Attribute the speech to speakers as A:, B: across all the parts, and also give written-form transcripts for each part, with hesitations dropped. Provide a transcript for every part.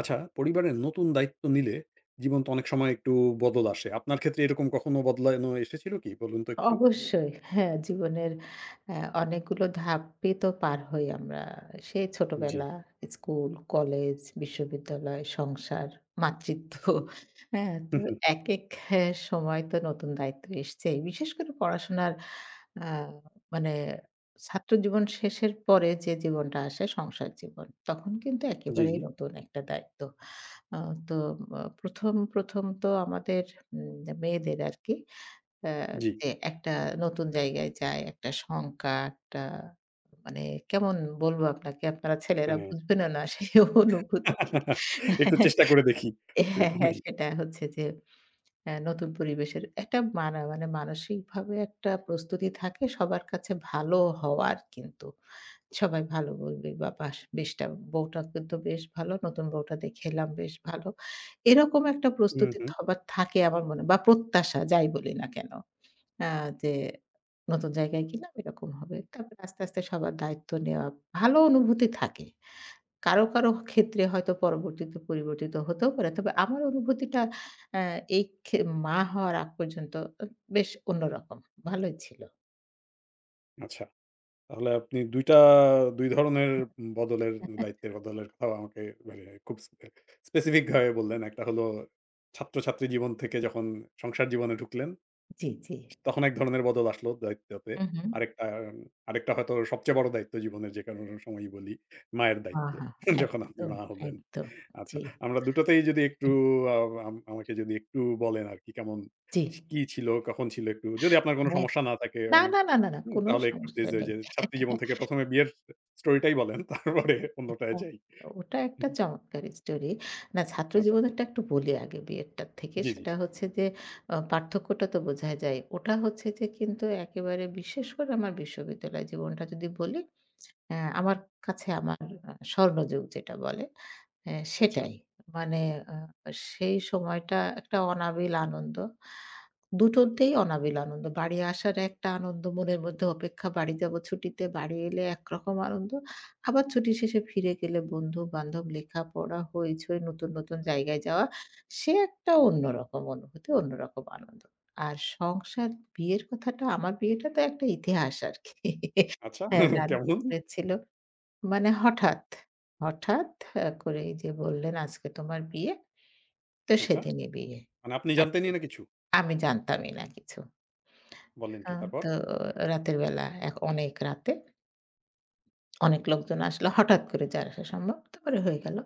A: আচ্ছা, পরিবারের নতুন দায়িত্ব নিলে জীবন তো অনেক সময় একটু বদল আসে। আপনার ক্ষেত্রে এরকম কখনো বদলানো এসেছিল কি? বলুন তো একটু।
B: অবশ্যই। হ্যাঁ, জীবনের অ্যা অনেকগুলো ধাপই তো পার হই আমরা। সেই
A: জি।
B: ছোটবেলা, স্কুল, কলেজ, বিশ্ববিদ্যালয়, সংসার, মাতৃত্ব। হ্যাঁ,
A: হু,
B: তো
A: হু।
B: একেক হ্যাঁ, সময় তো নতুন দায়িত্ব এসছেই। বিশেষ করে পড়াশোনার আ মানে ছাত্র জীবন শেষের পরে যে জীবনটা আসে সংসার জীবন। তখন কিন্তু
A: জি, জি।
B: একেবারেই নতুন একটা দায়িত্ব। আ তো আ ১ম তো আমাদের উম মেয়েদের আরকি অ্যা
A: জি।
B: যে একটা নতুন জায়গায় যায়, একটা শঙ্কা, একটা মানে কেমন বলবো আপনাকে, আপনারা ছেলেরা
A: হ্যাঁ।
B: বুঝবেনও না সেই অনুভূতি।
A: একটু চেষ্টা করে দেখি।
B: হ্যাঁ,
A: অসুবিধা
B: হ্যাঁ,
A: নেই।
B: সেটা হচ্ছে যে নতুন পরিবেশের একটা মানে মানসিকভাবে একটা প্রস্তুতি থাকে সবার কাছে ভালো হওয়ার কিন্তু। সবাই ভালো বলবে, বা বাস বেশটা বউটা কিন্তু বেশ ভালো, নতুন বউটা দেখে এলাম বেশ ভালো। এরকম একটা
A: হুম,
B: প্রস্তুতি
A: হুম।
B: সবার থাকে আমার মনে, বা প্রত্যাশা যাই বলি না কেন। আ যে নতুন জায়গায় গেলাম এরকম হবে। তারপরে আস্তে, আস্তে সবার দায়িত্ব নেওয়া, ভালো অনুভূতি থাকে। কারো, কারো ক্ষেত্রে হয়তো পরবর্তীতে পরিবর্তিত হতেও পারে। তবে আমার অনুভূতিটা আ এই খে মা হওয়ার আগ পর্যন্ত আ বেশ অন্যরকম। ভালোই ছিল।
A: আচ্ছা। তাহলে আপনি ২ টা ২ ধরনের বদলের দায়িত্বের বদলের কথাও আমাকে মানে খুব স্পেসিফিক ভাবে বললেন। একটা হলো ছাত্রছাত্রী জীবন থেকে যখন সংসার জীবনে ঢুকলেন।
B: জি, জি।
A: তখন এক ধরনের বদল আসলো দায়িত্বতে।
B: হু, হু।
A: আরেকটা আরেকটা হয়তো সবচেয়ে বড় দায়িত্ব জীবনের, যে কারণ সময়ই বলি, মায়ের দায়িত্ব।
B: আহা!
A: যখন আপনি
B: একদম,
A: মা হলেন।
B: একদম।
A: আচ্ছা,
B: জি,
A: আমরা দুটোতেই যদি একটু আ আমাকে যদি একটু বলেন আরকি কেমন
B: জি।
A: কি ছিল, কখন ছিল একটু যদি আপনার কোনো
B: হ্যাঁ।
A: সমস্যা না থাকে
B: না,
A: অনেক।
B: না, না, না, না,
A: হুম,
B: কোনোই
A: তাহলে একটু
B: সমস্যা
A: প্লিজ ওই
B: নেই।
A: যে ছাত্রী জীবন থেকে ১ম এ বিয়ের স্টোরিটাই বলেন। তারপরে অন্যটায়
B: হ্যাঁ,
A: যাই।
B: ওটা একটা চমৎকার স্টোরি। না, ছাত্র
A: আচ্ছা।
B: জীবনেরটা একটু বলি আগে বিএডটার থেকে।
A: জি, জি।
B: সেটা হচ্ছে যে পার্থক্যটা তো বোঝাই যায়। ওটা হচ্ছে যে কিন্তু একেবারে বিশেষ করে আমার বিশ্ববিদ্যালয় জীবনটা যদি বলি, আমার কাছে আমার স্বর্ণযুগ যেটা বলে, হ্যাঁ,
A: আচ্ছা,
B: সেটাই। মানে আ সেই সময়টা একটা অনাবিল আনন্দ। দুটোতেই অনাবিল আনন্দ। বাড়ি আসার একটা আনন্দ মনের মধ্যে, অপেক্ষা বাড়ি যাবো ছুটিতে, বাড়ি এলে একরকম আনন্দ। আবার ছুটি শেষে ফিরে গেলে বন্ধু-বান্ধব, লেখাপড়া, হইচই, নতুন, নতুন জায়গায় যাওয়া, সে একটা অন্যরকম অনুভূতি, অন্যরকম আনন্দ। আর সংসার বিয়ের কথাটা, আমার বিয়েটা তো একটা ইতিহাস আরকি।
A: আচ্ছা।
B: হ্যাঁ,
A: জি, জি।
B: রাত
A: কেমন?
B: দুপুরে ছিল। মানে হঠাৎ করেই যে বললেন, "আজকে তোমার বিয়ে।" তো
A: আচ্ছা।
B: সেদিনই বিয়ে
A: মানে আপনি
B: আরকি।
A: জানতেনই না কিছু?
B: আমি জানতামই না কিছু।
A: বললেন
B: আ
A: কি তারপর?
B: তো রাতের বেলা অনেক রাতে অনেক লোকজন আসলো। হঠাৎ করে যে আসা সম্ভব, তারপরে হয়ে গেল।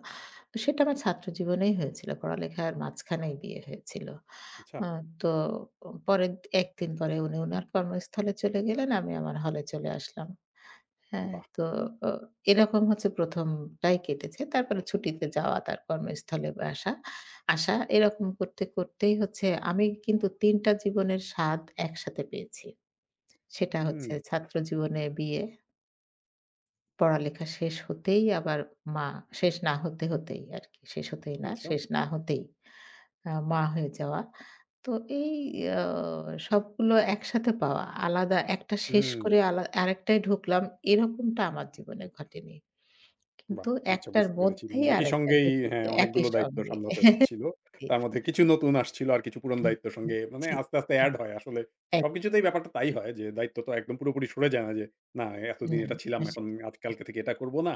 B: তো সেটা আমার ছাত্র জীবনেই হয়েছিল। পড়ালেখার মাঝখানেই বিয়ে হয়েছিল।
A: আচ্ছা,
B: আ তো পরের ১ দিন পরে উনি উনার কর্মস্থলে চলে গেলেন। আমি আমার হলে চলে আসলাম। হ্যাঁ,
A: বাহ!
B: তো অ এরকম হচ্ছে ১ম টাই কেটেছে। তারপরে ছুটিতে যাওয়া, তার কর্মস্থলে আসা, এরকম করতে, করতেই হচ্ছে, আমি কিন্তু ৩ টা জীবনের স্বাদ একসাথে পেয়েছি। সেটা
A: হুম,
B: হচ্ছে ছাত্র জীবনে বিয়ে, পড়ালেখা শেষ হতেই আবার মা, শেষ না হতে, হতেই আরকি।
A: আচ্ছা।
B: শেষ না হতেই মা হয়ে যাওয়া। তো এই আ সবগুলো একসাথে পাওয়া, আলাদা একটা শেষ
A: হুম,
B: করে আরেকটায় ঢুকলাম, এরকমটা আমার জীবনে ঘটেনি।
A: বাহ!
B: কিন্তু
A: আচ্ছা
B: একটার
A: বুঝতে পেরেছি। মানে
B: মধ্যেই
A: একই
B: আরেকটা
A: সঙ্গেই হ্যাঁ,
B: ঢুকেছে একই
A: অনেকগুলো দায়িত্ব
B: সঙ্গে।
A: সামলাতে হচ্ছিল।
B: জি।
A: তার মধ্যে কিছু নতুন আসছিল আর কিছু পুরনো দায়িত্বের সঙ্গে মানে
B: জি।
A: আস্তে, আস্তে এড হয় আসলে।
B: এক
A: সবকিছুতেই ব্যাপারটা তাই হয় যে দায়িত্ব তো একদম পুরোপুরি সরে যায় না যে, না এতদিন
B: না,
A: এটা ছিলাম
B: না,
A: এখন
B: সেটাই।
A: আজ কালকে থেকে এটা করব না।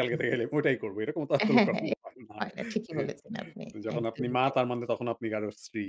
A: কালকে থেকে এলে ওটাই করব। এরকম তো আসলে
B: হ্যাঁ, হ্যাঁ,
A: কখনো হয় না।
B: হয় না। ঠিকই
A: হ্যাঁ,
B: বলেছেন আপনি।
A: যখন আপনি
B: একদমই
A: মা
B: তাই।
A: তার মানে তখন আপনি কারো স্ত্রী।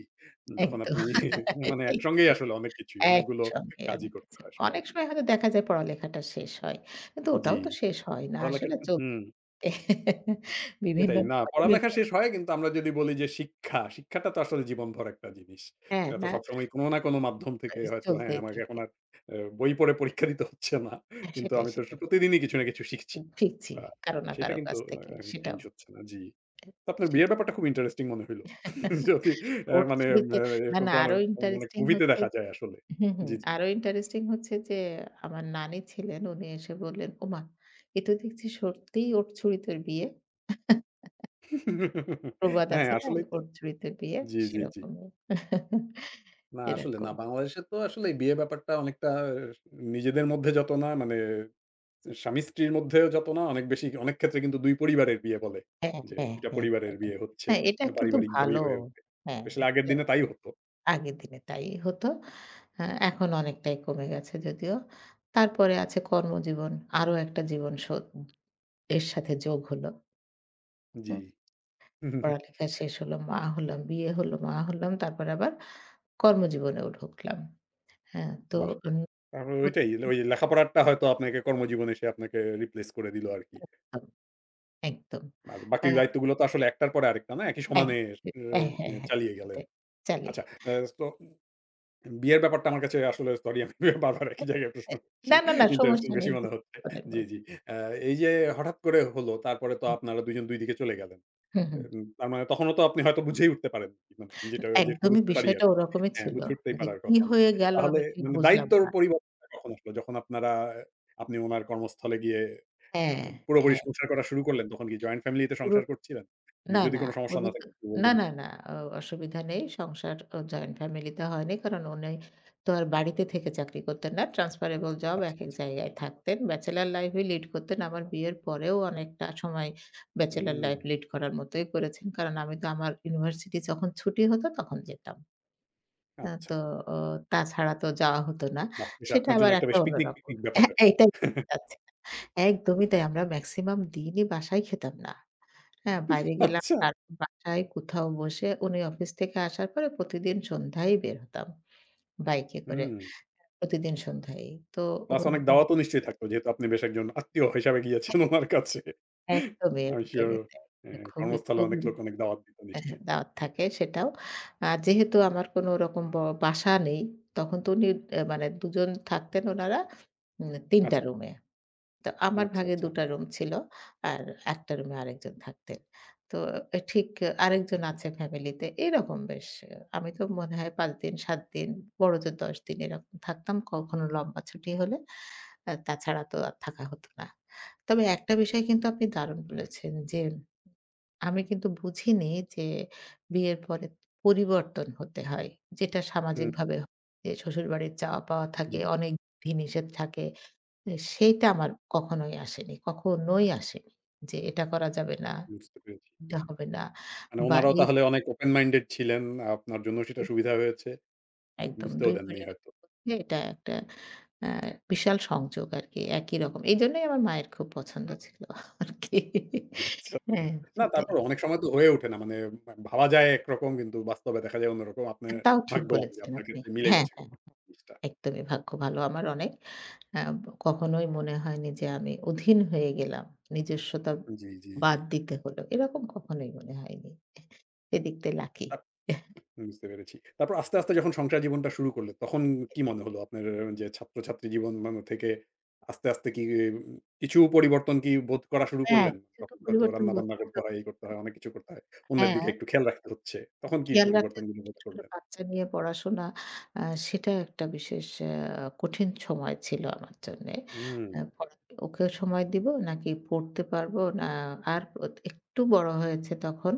A: যখন
B: একদম।
A: আপনি মানে
B: ঠিক,
A: একসঙ্গেই
B: ঠিক।
A: আসলে অনেক কিছুই অনেকগুলো
B: একসঙ্গে
A: কাজই
B: অনেক
A: করতে
B: কিছু।
A: হয়
B: অনেক
A: সবাইকে।
B: সময় হয়তো দেখা যায় পড়ালেখাটা শেষ হয়। কিন্তু
A: জি,
B: ওটাও তো শেষ হয় না।
A: পড়ালেখার
B: আসলে
A: হুম।
B: চলতে, বিভিন্ন
A: সেটাই। না,
B: ধরনের
A: পড়ালেখা
B: পড়া,
A: শেষ হয় কিন্তু আমরা যদি বলি যে শিক্ষা, শিক্ষাটা তো আসলে জীবনভর একটা জিনিস।
B: হ্যাঁ,
A: সেটা তো
B: না,
A: সবসময় কোনো না কোনো মাধ্যম থেকে হয়তো হ্যাঁ,
B: চলতেই
A: আমাকে এখন
B: থাকে।
A: আর বই পড়ে পরীক্ষা দিতে হচ্ছে না।
B: হ্যাঁ,
A: কিন্তু
B: সেটাই,
A: আমি তো
B: সেটাই।
A: প্রতিদিনই কিছু না কিছু শিখছি।
B: শিখছি
A: আ
B: কারো না
A: সেটা
B: কারো
A: কিন্তু
B: কাছ থেকে।
A: চেঞ্জ
B: সেটাও,
A: হচ্ছে না। জি। তো আপনার বিয়ের
B: সেটাই।
A: ব্যাপারটা খুব ইন্টারেস্টিং মনে হইল। যদি
B: ওর
A: মানে
B: ছুরিতে
A: অ্যা
B: না,
A: এরকম
B: না,
A: তো আমার
B: আরো
A: মানে
B: ইন্টারেস্টিং
A: মুভিতে
B: হচ্ছে,
A: দেখা যায় আসলে।
B: হুম, হুম।
A: জি, জি।
B: আরো ইন্টারেস্টিং হচ্ছে যে আমার নানি ছিলেন, উনি এসে বললেন, "ওমা! এ তো দেখছি সত্যিই ওট ছুরিতের বিয়ে।" প্রবাদ
A: হ্যাঁ,
B: আছে না?
A: আসলেই তো।
B: "ওট ছুরিতের বিয়ে"
A: জি, জি, জি।
B: সেরকমই।
A: না আসলে না।
B: এরকম।
A: বাংলাদেশে তো আসলে এই বিয়ে ব্যাপারটা অনেকটা নিজেদের মধ্যে যত না মানে স্বামী-স্ত্রীর মধ্যেও যত না অনেক বেশি অনেক ক্ষেত্রে কিন্তু ২ পরিবারের বিয়ে বলে।
B: হ্যাঁ,
A: যে
B: হ্যাঁ,
A: ২ টা
B: হ্যাঁ,
A: পরিবারের
B: হ্যাঁ।
A: বিয়ে হচ্ছে
B: হ্যাঁ, এটা কিন্তু
A: পারিবারিকভাবেই
B: ভালো।
A: হয়ে ওঠে।
B: হ্যাঁ,
A: আসলে আগের
B: একটা,
A: দিনে তাই হতো।
B: আগের দিনে তাই হতো। আ এখন অনেকটাই কমে গেছে যদিও। তারপরে আছে কর্মজীবন। আরো একটা জীবন এর সাথে যোগ হলো।
A: জি।
B: পড়ালেখা শেষ হলো, মা হলাম, বিয়ে হলো, মা হলাম। তারপরে আবার কর্মজীবনেও ঢুকলাম। হ্যাঁ, তো
A: বাহ!
B: উম,
A: তারপরে ওইটাই ওই লেখাপড়াটা হয়তো আপনাকে কর্মজীবনে এসে আপনাকে রিপ্লেস করে দিল আরকি।
B: একদম।
A: আর
B: আ
A: বাকি দায়িত্বগুলো তো আসলে একটার পরে আরেকটা না একই
B: এক
A: সমানে এ
B: হ্যাঁ, হ্যাঁ, হ্যাঁ,
A: চালিয়ে গেলেন।
B: সেটাই। চালিয়ে।
A: আচ্ছা, আ তো বিয়ের ব্যাপারটা আমার কাছে আসলে সরি আমি বারবার একই জায়গায় প্রশ্ন
B: এ
A: করছি।
B: না, না, না,
A: ইন্টারেস্টিং
B: সমস্যা
A: বেশি
B: নেই।
A: মনে হচ্ছে।
B: বলেন,
A: জি,
B: বলেন।
A: জি। আ এই যে হঠাৎ করে হলো তারপরে তো আপনারা ২ জন ২ দিকে চলে গেলেন।
B: হুম, হুম।
A: তার মানে তখনও তো আপনি হয়তো বুঝেই উঠতে পারেন মানে আমি যেটা যেটুকু
B: একদমই
A: বুঝতে পারি
B: বিষয়টা
A: আরকি।
B: ওরকমই
A: হ্যাঁ,
B: ছিল।
A: বুঝে উঠতেই
B: যে
A: পারার
B: কি
A: কথা না।
B: হয়ে গেল
A: তাহলে
B: আমি ঠিক
A: মানে
B: বুঝলাম
A: দায়িত্বর
B: না।
A: পরিবর্তনটা কখন আসলো? যখন আপনারা আপনি উনার কর্মস্থলে গিয়ে
B: হ্যাঁ,
A: পুরোপুরি
B: হ্যাঁ।
A: সংসার করা শুরু করলেন তখন কি জয়েন্ট ফ্যামিলিতে
B: পুরো
A: সংসার করছিলেন?
B: না,
A: যদি
B: না।
A: কোনো সমস্যা
B: উনি
A: না
B: তো
A: থাকে একটু
B: না,
A: বলবেন।
B: না, না। অ অসুবিধা নেই। সংসার জয়েন্ট ফ্যামিলিতে হয়নি। কারণ উনি তো আর বাড়িতে থেকে চাকরি করতেন না। ট্রান্সফারেবল জব,
A: আচ্ছা,
B: একেক
A: আচ্ছা।
B: জায়গায় থাকতেন। ব্যাচেলর লাইফই লিড করতেন। আমার বিয়ের পরেও অনেকটা সময় ব্যাচেলর
A: হুম,
B: লাইফ লিড করার মতোই করেছেন। কারণ আমি তো আমার ইউনিভার্সিটি যখন ছুটি হতো তখন যেতাম। আ
A: আচ্ছা।
B: তো অ তাছাড়া তো যাওয়া হতো না।
A: বাহ! বেশ
B: সেটা
A: আপনার জন্য
B: আবার
A: একটা
B: একটা
A: বেশ পিকনিক,
B: অন্যরকম।
A: পিকনিক ব্যাপার।
B: হ্যাঁ, এইটাই আচ্ছা। একদমই তাই। আমরা মেক্সিমাম দিনই বাসায় খেতাম না। হ্যাঁ, বাইরে গেলাম।
A: আচ্ছা।
B: তারপর বাসায় কোথাও বসে উনি অফিস থেকে আসার পরে প্রতিদিন সন্ধ্যায় বের হতাম বাইকে করে।
A: হুম।
B: প্রতিদিন সন্ধ্যায়। তো
A: প্লাস
B: ওর
A: অনেক
B: বোন-
A: দাওয়াতও নিশ্চয়ই থাকতো যেহেতু আপনি বেশ একজন আত্মীয় হিসাবে গিয়েছেন উনার কাছে।
B: একদমই,
A: I'm sure
B: একদমই তাই। খুবই,
A: কর্মস্থলে অনেক
B: খুবই,
A: লোক অনেক দাওয়াত দিত
B: হ্যাঁ, হ্যাঁ,
A: নিশ্চয়ই।
B: দাওয়াত থাকে সেটাও। যেহেতু আমার কোনো রকম বাসা নেই, তখন তো উনি মানে ২ জন থাকতেন উনারা ৩ টা
A: আচ্ছা,
B: রুমে। তো আমার
A: আচ্ছা,
B: ভাগে
A: আচ্ছা।
B: ২ টা রুম ছিল। আর একটা রুমে আরেকজন থাকতেন। তো এ ঠিক আরেকজন আছে ফ্যামিলিতে। এরকম বেশ, আমি তো মনে হয় ৫ দিন, ৭ দিন, বড়জোর ১০ দিন এরকম থাকতাম। কখনো লম্বা ছুটি হলে। তাছাড়া তো আর থাকা হতো না। তবে একটা বিষয় কিন্তু আপনি দারুণ বলেছেন যে, আমি কিন্তু বুঝিনি যে বিয়ের পরে পরিবর্তন হতে হয়, যেটা
A: হুম,
B: সামাজিকভাবে হয়। যে শ্বশুরবাড়ির চাওয়া পাওয়া
A: জি,
B: থাকে, অনেক বিধি নিষেধ থাকে। সেইটা আমার কখনোই আসেনি। কখনোই আসেনি। যে এটা করা যাবে না,
A: বুঝতে পেরেছি।
B: এটা হুম। হবে না,
A: মানে
B: বা
A: উনারাও
B: এই
A: তাহলে অনেক ওপেন মাইন্ডেড ছিলেন। আপনার জন্য সেটা সুবিধা হয়েছে।
B: একদম
A: বুঝতেও
B: ২
A: দেননি
B: পরিবারের
A: হয়তো।
B: মধ্যে এটা একটা আ বিশাল সংযোগ আরকি, একই রকম। এইজন্যই আমার মায়ের খুব পছন্দ ছিল আরকি।
A: আচ্ছা।
B: হ্যাঁ,
A: না
B: সেটাই।
A: তারপরও অনেক সময় তো হয়ে ওঠে না। মানে ভাবা যায় একরকম কিন্তু বাস্তবে দেখা যায় অন্যরকম। আপনার
B: তাও ঠিক
A: ভাগ্যবান যে
B: বলেছেন
A: আপনার
B: আপনি।
A: ক্ষেত্রে মিলে
B: হ্যাঁ,
A: গেছে
B: হ্যাঁ,
A: জিনিসটা।
B: একদমই ভাগ্য ভালো আমার, অনেক। আ কখনোই মনে হয়নি যে আমি অধীন হয়ে গেলাম। নিজস্বতা
A: জি, জি, জি।
B: বাদ দিতে হলো। এরকম কখনোই মনে হয়নি। এদিক দিয়ে লাকি।
A: বুঝতে পেরেছি। তারপর আস্তে, আস্তে যখন সংসার জীবনটা শুরু করলেন, তখন কি মনে হলো আপনার যে ছাত্রছাত্রী জীবন মান থেকে আস্তে, আস্তে কি উম, কিছু পরিবর্তন কি বোধ করা শুরু
B: হ্যাঁ,
A: করলেন?
B: কিছু তো
A: তখন হয়তো
B: পরিবর্তন করতে
A: রান্নাবান্না করতে
B: হবে।
A: হয়, এই করতে হয়, অনেক কিছু করতে হয়। অন্যের
B: হ্যাঁ,
A: দিকে একটু খেয়াল রাখতে হচ্ছে। তখন কি
B: খেয়াল রাখতে হবে
A: পরিবর্তনগুলো বোধ
B: বিশেষ করে
A: করলেন?
B: বাচ্চা নিয়ে পড়াশোনা, আ সেটা একটা বিশেষ কঠিন সময় ছিল আমার জন্যে।
A: হুম,
B: আ পড়া ওকেও সময় দিব, নাকি পড়তে পারবো না, আর ওত একটু বড় হয়েছে তখন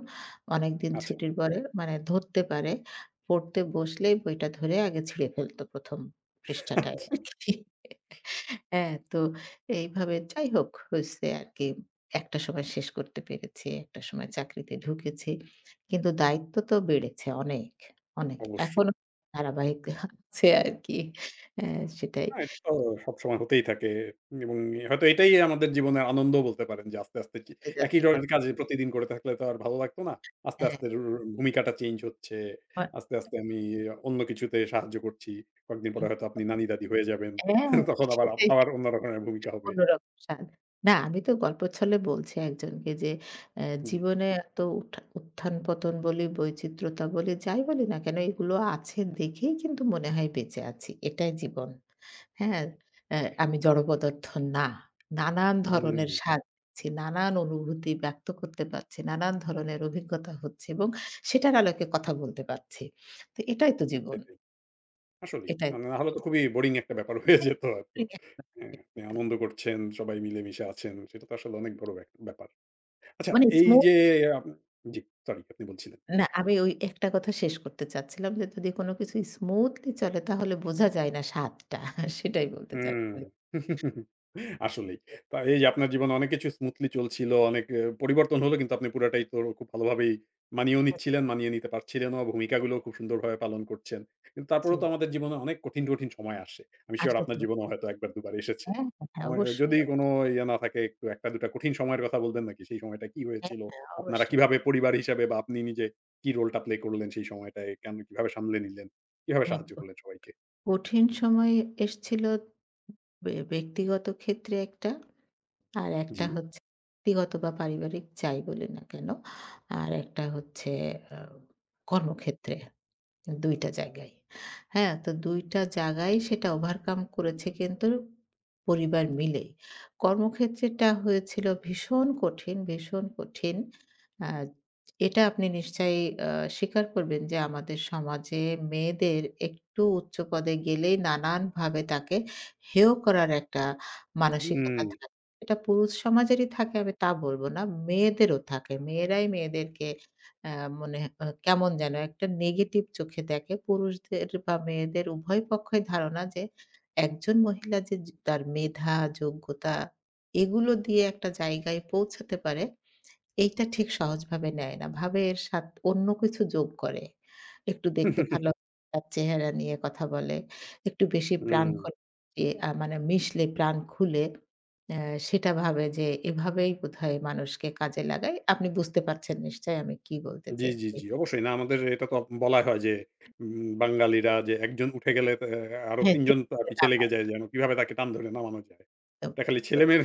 B: অনেকদিন
A: আচ্ছা।
B: ছুটির পরে মানে ধরতে পারে। পড়তে বসলেই বইটা ধরে আগে ছিঁড়ে ফেলত ১ম পৃষ্ঠাটায় আরকি। হ্যাঁ, তো এইভাবে যাই হোক হইছে আরকি। একটা সময় শেষ করতে পেরেছি, একটা সময় চাকরিতে ঢুকেছি। কিন্তু দায়িত্ব তো বেড়েছে অনেক, অনেক।
A: অবশ্যই।
B: এখনো ধারাবাহিক আছে আরকি। হ্যাঁ, সেটাই।
A: না, এটা তো সবসময় হতেই থাকে এবং হয়তো এটাই আমাদের জীবনের আনন্দ বলতে পারেন যে আস্তে, আস্তে একই
B: যাচ্ছিলাম।
A: ধরনের কাজ প্রতিদিন করে থাকলে তো আর ভালো লাগতো না। আস্তে,
B: হ্যাঁ,
A: আস্তে রু রু ভূমিকাটা চেঞ্জ হচ্ছে। আস্তে, আস্তে আমি অন্য কিছুতে সাহায্য করছি। কয়েকদিন পরে
B: অনেক।
A: হয়তো আপনি নানি-দাদি হয়ে যাবেন।
B: হ্যাঁ,
A: তখন আবার
B: সেটাই।
A: আবার অন্য রকমের ভূমিকা হবে।
B: অন্যরকম স্বাদ। না, আমি তো গল্পের ছলে বলছি একজনকে যে
A: জি।
B: জীবনে এত উত্থান-পতন বলি, বৈচিত্র্যতা বলি, যাই বলি না কেন, এগুলো আছে দেখেই কিন্তু মনে হয় বেঁচে আছি। এটাই জীবন। হ্যাঁ? অ্যা আমি জড় পদার্থ না। নানান
A: হুম,
B: ধরনের স্বাদ পাচ্ছি, নানান অনুভূতি ব্যক্ত করতে পারছি, নানান ধরনের অভিজ্ঞতা হচ্ছে এবং সেটার আলোকে কথা বলতে পারছি। তো এটাই তো জীবন।
A: সেটাই। আসলেই।
B: এটাই
A: না,
B: তো
A: না হলে তো খুবই বোরিং একটা ব্যাপার হয়ে যেত হয়তো।
B: জীবন।
A: হ্যাঁ, আপনি আনন্দ করছেন, সবাই মিলেমিশে আছেন। সেটা তো আসলে অনেক বড় ব্যাপার। আচ্ছা
B: মানে
A: এই
B: স্মু
A: যে আপ জি, সরি আপনি বলছিলেন।
B: না, আমি ওই একটা কথা শেষ করতে চাচ্ছিলাম যে যদি কোনো কিছু স্মুথলি চলে তাহলে বোঝা যায় না স্বাদটা। সেটাই বলতে
A: হুম।
B: চাচ্ছিলাম।
A: আসলেই। তা এই যে আপনার জীবনে অনেক কিছু স্মুথলি চলছিল, অনেক এ পরিবর্তন হলো কিন্তু আপনি পুরাটাই তো খুব ভালোভাবেই মানিয়েও নিচ্ছিলেন, মানিয়ে নিতে পারছিলেনও। ভূমিকাগুলোও খুব সুন্দরভাবে পালন করছেন। কিন্তু তারপরেও
B: জি,
A: তো আমাদের জীবনে অনেক কঠিন, কঠিন সময় আসে। আমি সিউর
B: আসে
A: আপনার
B: তো।
A: জীবনেও হয়তো ১ বার ২ বার এসেছে।
B: হ্যাঁ, হ্যাঁ, হ্যাঁ,
A: আমার আহ,
B: অবশ্যই,
A: যদি কোনো
B: অবশ্যই।
A: ইয়ে না থাকে একটু ১ টা ২ টা কঠিন সময়ের কথা বলবেন নাকি? সেই সময়টা কি
B: হ্যাঁ,
A: হয়েছিল?
B: হ্যাঁ,
A: আপনারা
B: অবশ্যই।
A: কিভাবে পরিবার হিসাবে বা আপনি নিজে কি রোলটা প্লে করলেন সেই সময়টায়? কেন কিভাবে সামলে নিলেন? কিভাবে
B: হ্যাঁ,
A: সাহায্য করলেন সবাইকে?
B: কঠিন সময় এসছিল ব্যক্তিগত ক্ষেত্রে একটা, আর একটা
A: জি।
B: হচ্ছে ব্যক্তিগত বা পারিবারিক যাই বলি না কেন, আর একটা হচ্ছে আ কর্মক্ষেত্রে। ২ টা জায়গায়। হ্যাঁ? তো ২ টা জায়গায় সেটা ওভারকাম করেছে কিন্তু পরিবার মিলে। কর্মক্ষেত্রেটা হয়েছিল ভীষণ কঠিন, ভীষণ কঠিন। আ এটা আপনি নিশ্চয়ই আ স্বীকার করবেন যে আমাদের সমাজে মেয়েদের একটু উচ্চ পদে গেলেই নানানভাবে তাকে হেয় করার একটা মানসিকতা
A: হুম।
B: থাকে। এটা পুরুষ সমাজেরই থাকে আমি তা বলব না। মেয়েদেরও থাকে। মেয়েরাই মেয়েদেরকে অ্যা মনে আ কেমন যেন একটা নেগেটিভ চোখে দেখে। পুরুষদের বা মেয়েদের উভয় পক্ষই ধারণা যে একজন মহিলা যে তার মেধা, যোগ্যতা, এগুলো দিয়ে একটা জায়গায় পৌঁছাতে পারে, এইটা ঠিক সহজভাবে নেয় না। ভাবে এর সাথ অন্য কিছু যোগ করে। একটু দেখতে ভালো, তার চেহারা নিয়ে কথা বলে। একটু বেশি প্রাণ
A: হুম।
B: খোলে, এ আ মানে মিশলে প্রাণ খুলে অ্যা সেটা ভাবে যে এভাবেই বোধহয় মানুষকে কাজে লাগায়। আপনি বুঝতে পারছেন নিশ্চয়ই আমি কি বলতে
A: জি, জি,
B: চেয়েছি।
A: জি। অবশ্যই না আমাদের এটা তো বলাই হয় যে বাঙালিরা যে একজন উঠে গেলে তে আরো
B: হ্যাঁ,
A: ৩ জন
B: ঠিক
A: তা
B: করে
A: পিছে লেগে
B: নামায়,
A: যায় যেন কিভাবে তাকে টান ধরে নামানো যায়।
B: একদম।
A: এটা খালি
B: তো
A: ছেলেমেয়ের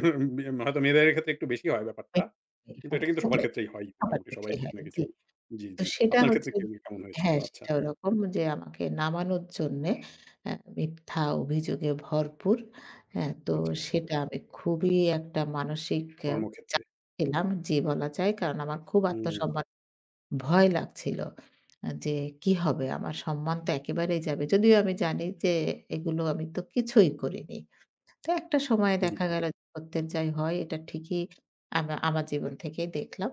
A: হয়তো মেয়েদের ক্ষেত্রে একটু বেশি হয় ব্যাপারটা।
B: ওই-
A: কিন্তু
B: হ্যাঁ,
A: এটা কিন্তু সবার
B: সেটাই।
A: ক্ষেত্রেই হয়
B: আমার
A: মোটামুটি সবাই
B: ক্ষেত্রেই
A: কিছু
B: হয়।
A: না
B: জি।
A: কিছু। জি,
B: তো
A: জি।
B: সেটা
A: আপনার ক্ষেত্রে
B: হচ্ছে,
A: কি কেমন হয়েছিল?
B: হ্যাঁ,
A: আচ্ছা,
B: সেটা ওরকম যে আমাকে নামানোর জন্যে মিথ্যা অভিযোগে ভরপুর। হ্যাঁ, তো
A: আচ্ছা।
B: সেটা আমি খুবই একটা মানসিক
A: কর্মক্ষেত্রে।
B: চাপ ছিলাম, জি, বলা যায়। কারণ আমার খুব
A: হুম,
B: আত্মসম্মান, ভয় লাগছিল। যে কি হবে? আমার সম্মান তো একেবারেই যাবে। যদিও আমি জানি যে এগুলো আমি তো কিছুই করিনি। তো একটা সময়ে
A: জি,
B: দেখা গেল যে প্রত্যেক যাই হয় এটা ঠিকই, আমার জীবন থেকেই দেখলাম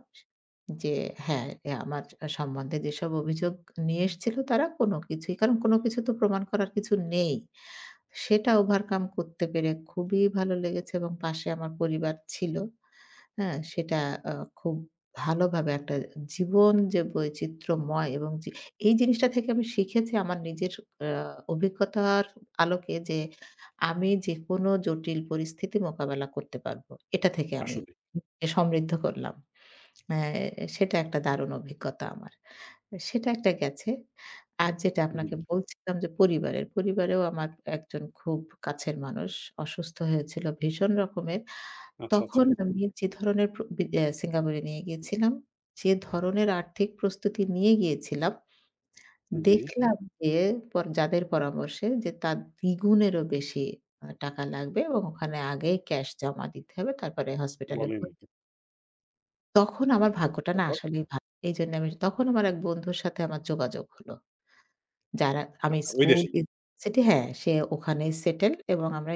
B: যে হ্যাঁ, আমার সম্বন্ধে যেসব অভিযোগ নিয়ে এসেছিল তারা কোনো কিছুই, কারণ কোনো কিছু তো প্রমাণ করার কিছু নেই। সেটা ওভারকাম করতে পেরে খুবই ভালো লেগেছে এবং পাশে আমার পরিবার ছিল। হ্যাঁ? সেটা আ খুব ভালোভাবে, একটা জীবন যে বৈচিত্র্যময়, এবং যে এই জিনিসটা থেকে আমি শিখেছি আমার নিজের আ অভিজ্ঞতার আলোকে যে আমি যেকোনো জটিল পরিস্থিতি মোকাবেলা করতে পারবো। এটা থেকে আমি
A: আসলেই।
B: সমৃদ্ধ করলাম। অ্যা সেটা একটা দারুণ অভিজ্ঞতা আমার। সেটা একটা গেছে। আর যেটা
A: জি।
B: আপনাকে বলছিলাম যে পরিবারের, পরিবারেও আমার একজন খুব কাছের মানুষ অসুস্থ হয়েছিল ভীষণ রকমের।
A: আচ্ছা, আচ্ছা।
B: তখন আমি যে ধরনের প্র বি অ্যা সিঙ্গাপুরে নিয়ে গিয়েছিলাম, যে ধরনের আর্থিক প্রস্তুতি নিয়ে গিয়েছিলাম,
A: জি,
B: দেখলাম যে যাদের পরামর্শে, যে তার দ্বিগুণেরও বেশি টাকা লাগবে এবং ওখানে আগেই ক্যাশ জমা দিতে হবে। তারপরে হসপিটালে
A: বলেন।
B: ভর্তি। তখন আমার
A: আচ্ছা,
B: ভাগ্যটা না
A: তারপর?
B: আসলেই ভালো। এইজন্য আমি তখন আমার এক বন্ধুর সাথে আমার যোগাযোগ হলো। যারা আমি
A: আচ্ছা, ওই
B: স্কুল,
A: দেশেই।
B: ইউনিভার্সিটি, হ্যাঁ, সে ওখানেই সেটেল এবং আমরা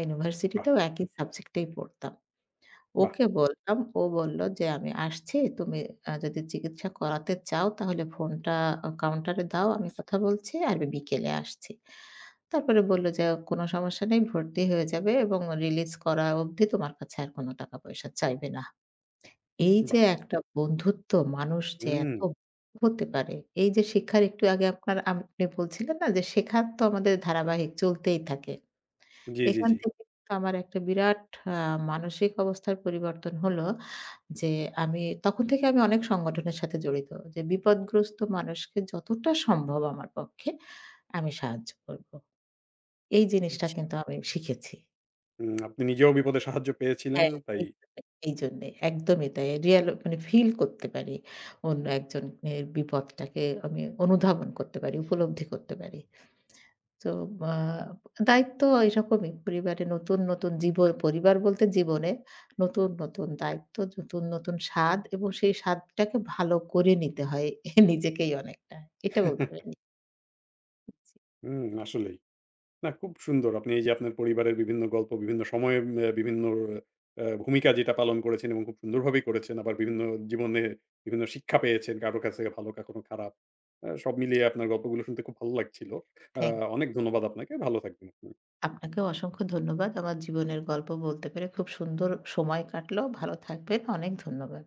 A: বাহ!
B: ইউনিভার্সিটিতেও একই সাবজেক্টেই পড়তাম।
A: বাহ!
B: ওকে বললাম। ও বলল যে, "আমি আসছি। তুমি যদি চিকিৎসা করাতে চাও তাহলে ফোনটা কাউন্টারে দাও। আমি কথা বলছি। আর আমি বিকেলে আসছি।" তারপরে বলল যে, "কোনো সমস্যা নেই। ভর্তি হয়ে যাবে এবং রিলিজ করা অবধি তোমার কাছে আর কোনো টাকা-পয়সা চাইবে না।" এই যে
A: বাহ!
B: একটা বন্ধুত্ব, মানুষ যে
A: হুম।
B: এত হতে পারে। এই যে শিক্ষার, একটু আগে আপনার, আপনি বলছিলেন না যে শেখার তো আমাদের ধারাবাহিক চলতেই থাকে।
A: জি, জি,
B: এখান
A: জি।
B: থেকে কিন্তু আমার একটা বিরাট আ মানসিক অবস্থার পরিবর্তন হলো। যে আমি, তখন থেকে আমি অনেক সংগঠনের সাথে জড়িত। যে বিপদগ্রস্ত মানুষকে যতটা সম্ভব আমার পক্ষে আমি সাহায্য করব। এই জিনিসটা কিন্তু আমি শিখেছি।
A: হুম, আপনি নিজেও বিপদে সাহায্য পেয়েছিলেন
B: হ্যাঁ।
A: তাই।
B: এইজন্যে, এইজন্যে একদমই তাই। রিয়াল মানে ফিল করতে পারি। অন্য একজনের বিপদটাকে আমি অনুধাবন করতে পারি, উপলব্ধি করতে পারি। তো আ দায়িত্ব এরকমই। পরিবারে নতুন, নতুন পরিবার বলতে, জীবনে নতুন, নতুন দায়িত্ব, নতুন, নতুন স্বাদ এবং সেই স্বাদটাকে ভালো করে নিতে হয় নিজেকেই অনেকটা। এটা বলতে পারি। জি,
A: হুম, আসলেই। না খুব সুন্দর। আপনি এই যে আপনার পরিবারের বিভিন্ন গল্প, বিভিন্ন সময়ে বিভিন্ন ভূমিকা যেটা পালন করেছেন এবং খুব সুন্দরভাবেই করেছেন। আবার বিভিন্ন জীবনে বিভিন্ন শিক্ষা পেয়েছেন। কারো কাছ থেকে ভালো, কখনো খারাপ। সব মিলিয়ে আপনার গল্পগুলো শুনতে খুব ভালো লাগছিল। আ
B: থ্যাংক ইউ।
A: অনেক ধন্যবাদ আপনাকে। ভালো থাকবেন আপনি।
B: আপনাকেও অসংখ্য ধন্যবাদ। আমার জীবনের গল্প বলতে পেরে খুব সুন্দর সময় কাটলো। ভালো থাকবেন। অনেক ধন্যবাদ।